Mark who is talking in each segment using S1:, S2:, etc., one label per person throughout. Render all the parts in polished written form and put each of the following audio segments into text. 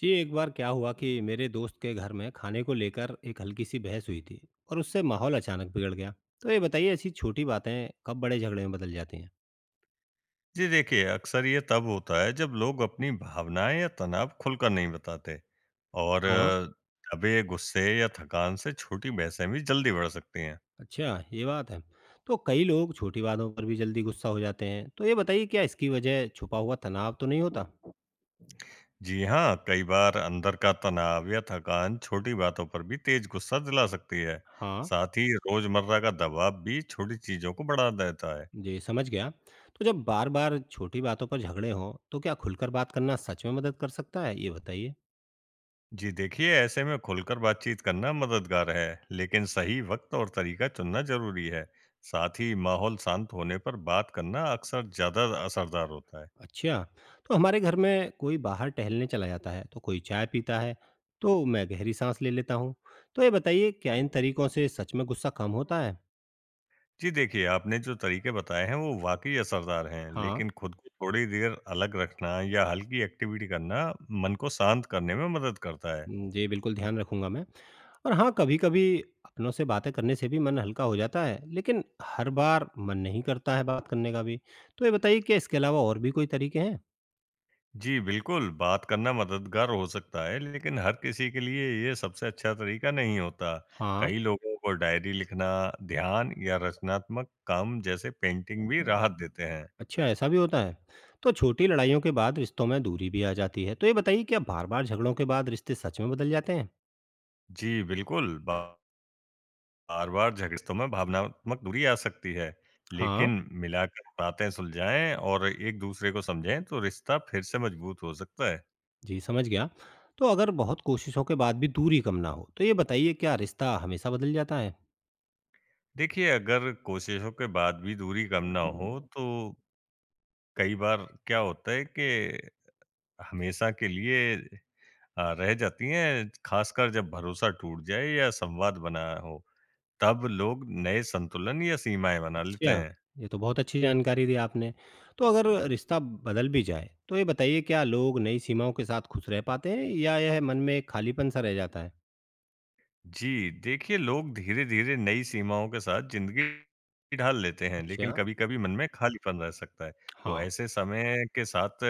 S1: जी एक बार क्या हुआ कि मेरे दोस्त के घर में खाने को लेकर एक हल्की सी बहस हुई थी और उससे माहौल अचानक बिगड़ गया। तो ये बताइए ऐसी छोटी बातें कब बड़े झगड़े में बदल जाती हैं।
S2: जी देखिए, अक्सर ये तब होता है जब लोग अपनी भावनाएँ या तनाव खुलकर नहीं बताते और
S1: हाँ।
S2: दबे गुस्से या थकान से छोटी बहसें भी जल्दी बढ़ सकती हैं।
S1: अच्छा ये बात है। तो कई लोग छोटी बातों पर भी जल्दी गुस्सा हो जाते हैं, तो ये बताइए क्या इसकी वजह छुपा हुआ तनाव तो नहीं होता।
S2: जी हाँ, कई बार अंदर का तनाव या थकान छोटी बातों पर भी तेज गुस्सा दिला सकती है।
S1: हाँ।
S2: साथ ही रोज़मर्रा का दबाव भी छोटी चीज़ों को बढ़ा देता है।
S1: जी समझ गया। तो जब बार बार छोटी बातों पर झगड़े हों तो क्या खुलकर बात करना सच में मदद कर सकता है, ये बताइए।
S2: जी देखिए, ऐसे में खुलकर बातचीत करना मददगार है, लेकिन सही वक़्त और तरीका चुनना ज़रूरी है। साथ ही माहौल शांत होने पर बात करना अक्सर ज़्यादा असरदार होता है।
S1: अच्छा, तो हमारे घर में कोई बाहर टहलने चला जाता है, तो कोई चाय पीता है, तो मैं गहरी सांस ले लेता हूँ। तो ये बताइए क्या इन तरीकों से सच में गुस्सा कम होता है?
S2: जी देखिए, आपने जो तरीके बताए हैं, वो वाक़ई असरदार हैं,
S1: हाँ।
S2: लेकिन खुद को थोड़ी देर अलग रखना या हल्की एक्टिविटी करना मन को शांत करने में मदद करता है।
S1: जी बिल्कुल ध्यान रखूंगा मैं। और हाँ, कभी-कभी अपनों से बातें करने से भी मन हल्का हो जाता है, लेकिन हर बार मन नहीं करता है बात करने का भी। तो ये बताइए क्या इसके अलावा और भी कोई तरीके हैं?
S2: जी, बिल्कुल, बात करना मददगार हो सकता है, लेकिन हर किसी के लिए ये सबसे अच्छा तरीका नहीं होता।
S1: हाँ।
S2: कई लोगों को डायरी लिखना, ध्यान या रचनात्मक काम जैसे पेंटिंग भी राहत देते हैं।
S1: अच्छा ऐसा भी होता है। तो छोटी लड़ाइयों के बाद रिश्तों में दूरी भी आ जाती है। तो ये बताइए क्या बार-बार झगड़ों के बाद रिश्ते सच में बदल जाते हैं?
S2: जी, बिल्कुल, बार-बार झगड़ों में भावनात्मक दूरी आ सकती है,
S1: हाँ।
S2: लेकिन मिलाकर बातें सुलझाएँ और एक-दूसरे को समझें, तो रिश्ता फिर से मजबूत हो सकता है।
S1: जी, समझ गया। तो अगर बहुत कोशिशों के बाद भी दूरी कम ना हो, तो ये बताइए क्या रिश्ता हमेशा बदल जाता है?
S2: देखिए, अगर कोशिशों के बाद भी दूरी कम ना हो, तो कई बार क्या होता है कि हमेशा के लिए रह जाती हैं, खासकर जब भरोसा टूट जाए या संवाद बना हो, तब लोग नए संतुलन या सीमाएँ बना
S1: अच्छा।
S2: लेते
S1: क्या?
S2: हैं।
S1: ये तो बहुत अच्छी जानकारी दी आपने। तो अगर रिश्ता बदल भी जाए, तो ये बताइए क्या लोग नई सीमाओं के साथ खुश रह पाते हैं या यह मन में एक खालीपन-सा रह जाता है?
S2: जी, देखिए लोग धीरे-धीरे नई सीमाओं के साथ ज़िंदगी ढाल लेते हैं, लेकिन
S1: अच्छा,
S2: कभी-कभी मन में खालीपन रह सकता है। तो
S1: हाँ।
S2: ऐसे समय के साथ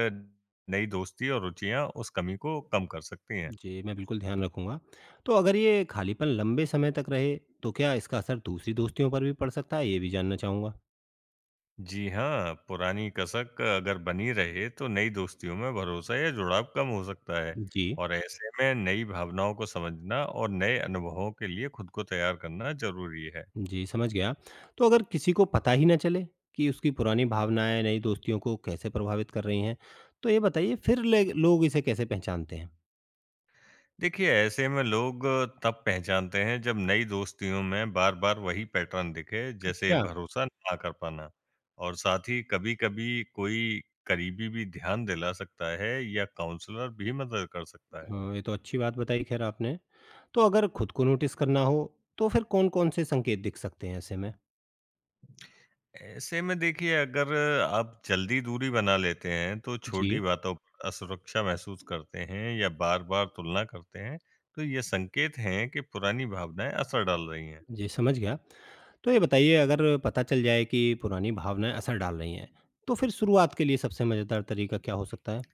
S2: नई दोस्ती और रुचियाँ उस कमी को कम कर सकती हैं।
S1: जी, मैं बिल्कुल ध्यान रखूँगा। तो अगर ये खालीपन लंबे समय तक रहे, तो क्या इसका असर दूसरी दोस्तियों पर भी पड़ सकता है? ये भी जानना चाहूँगा।
S2: जी हाँ, पुरानी कसक अगर बनी रहे तो नई दोस्तियों में भरोसा या जुड़ाव कम हो सकता है
S1: जी।
S2: और ऐसे में नई भावनाओं को समझना और नए अनुभवों के लिए खुद को तैयार करना जरूरी है।
S1: जी, समझ गया। तो अगर किसी को पता ही ना चले कि उसकी पुरानी भावनाएँ नई दोस्तियों को कैसे प्रभावित कर रही हैं, तो ये बताइए फिर ले लोग इसे कैसे पहचानते हैं?
S2: देखिए ऐसे में लोग तब पहचानते हैं जब नई दोस्तियों में बार-बार वही पैटर्न दिखे
S1: अच्छा।
S2: जैसे
S1: क्या?
S2: भरोसा ना कर पाना और साथ ही कभी-कभी कोई करीबी भी ध्यान दिला सकता है या काउंसलर भी मदद कर सकता है।
S1: हाँ, ये तो अच्छी बात बताई खैर आपने। तो अगर खुद को नोटिस करना हो, तो फिर कौन-कौन से संकेत दिख सकते हैं ऐसे में?
S2: ऐसे में देखिए अगर आप जल्दी दूरी बना लेते हैं तो छोटी
S1: जी।
S2: बातों पर असुरक्षा महसूस करते हैं या बार बार तुलना करते हैं तो ये संकेत हैं कि पुरानी भावनाएं असर डाल रही हैं।
S1: जी समझ गया। तो ये बताइए अगर पता चल जाए कि पुरानी भावनाएँ असर डाल रही हैं, तो फिर शुरुआत के लिए सबसे मज़ेदार तरीका क्या हो सकता है?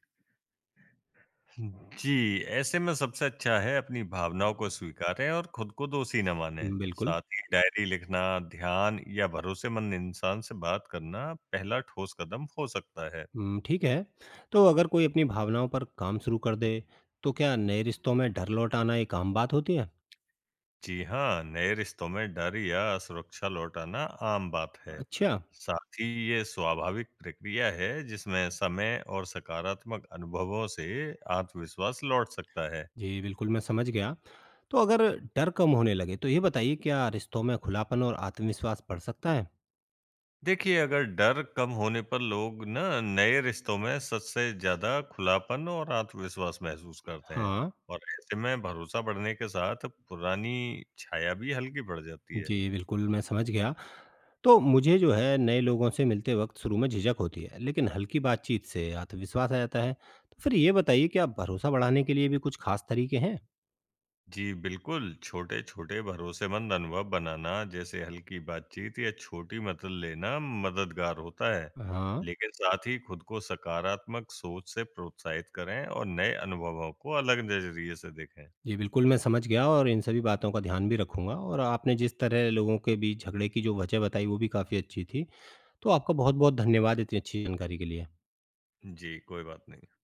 S2: जी ऐसे में सबसे अच्छा है अपनी भावनाओं को स्वीकारें और खुद को दोषी न माने,
S1: बिल्कुल।
S2: साथ ही डायरी लिखना, ध्यान या भरोसेमंद इंसान से बात करना पहला ठोस कदम हो सकता है।
S1: हुँ, ठीक है। तो अगर कोई अपनी भावनाओं पर काम शुरू कर दे, तो क्या नए रिश्तों में डर लौट आना एक आम बात होती है?
S2: जी हाँ, नए रिश्तों में डर या असुरक्षा लौटाना आम बात है।
S1: अच्छा।
S2: साथ ही ये स्वाभाविक प्रक्रिया है जिसमें समय और सकारात्मक अनुभवों से आत्मविश्वास लौट सकता है।
S1: जी बिल्कुल मैं समझ गया। तो अगर डर कम होने लगे, तो ये बताइए क्या रिश्तों में खुलापन और आत्मविश्वास बढ़ सकता है?
S2: देखिए, अगर डर कम होने पर लोग ना नए रिश्तों में सच से ज़्यादा खुलापन और आत्मविश्वास महसूस करते हैं
S1: हाँ।
S2: और ऐसे में भरोसा बढ़ने के साथ पुरानी छाया भी हल्की पड़ जाती है।
S1: जी बिल्कुल मैं समझ गया। तो मुझे जो है नए लोगों से मिलते वक़्त शुरू में झिझक होती है, लेकिन हल्की बातचीत से आत्मविश्वास आ जाता है। तो फिर ये बताइए क्या भरोसा बढ़ाने के लिए भी कुछ खास तरीके हैं?
S2: जी, बिल्कुल। छोटे-छोटे भरोसेमंद अनुभव बनाना, जैसे हल्की बातचीत या छोटी मदद लेना मददगार होता है।
S1: हाँ।
S2: लेकिन साथ ही खुद को सकारात्मक सोच से प्रोत्साहित करें और नए अनुभवों को अलग नज़रिए से देखें।
S1: जी, बिल्कुल, मैं समझ गया और इन सभी बातों का ध्यान भी रखूँगा और आपने जिस तरह लोगों के बीच झगड़े की जो वजह बताई, वो भी काफ़ी अच्छी थी। तो आपका बहुत-बहुत धन्यवाद इतनी अच्छी जानकारी के लिए।
S2: जी, कोई बात नहीं।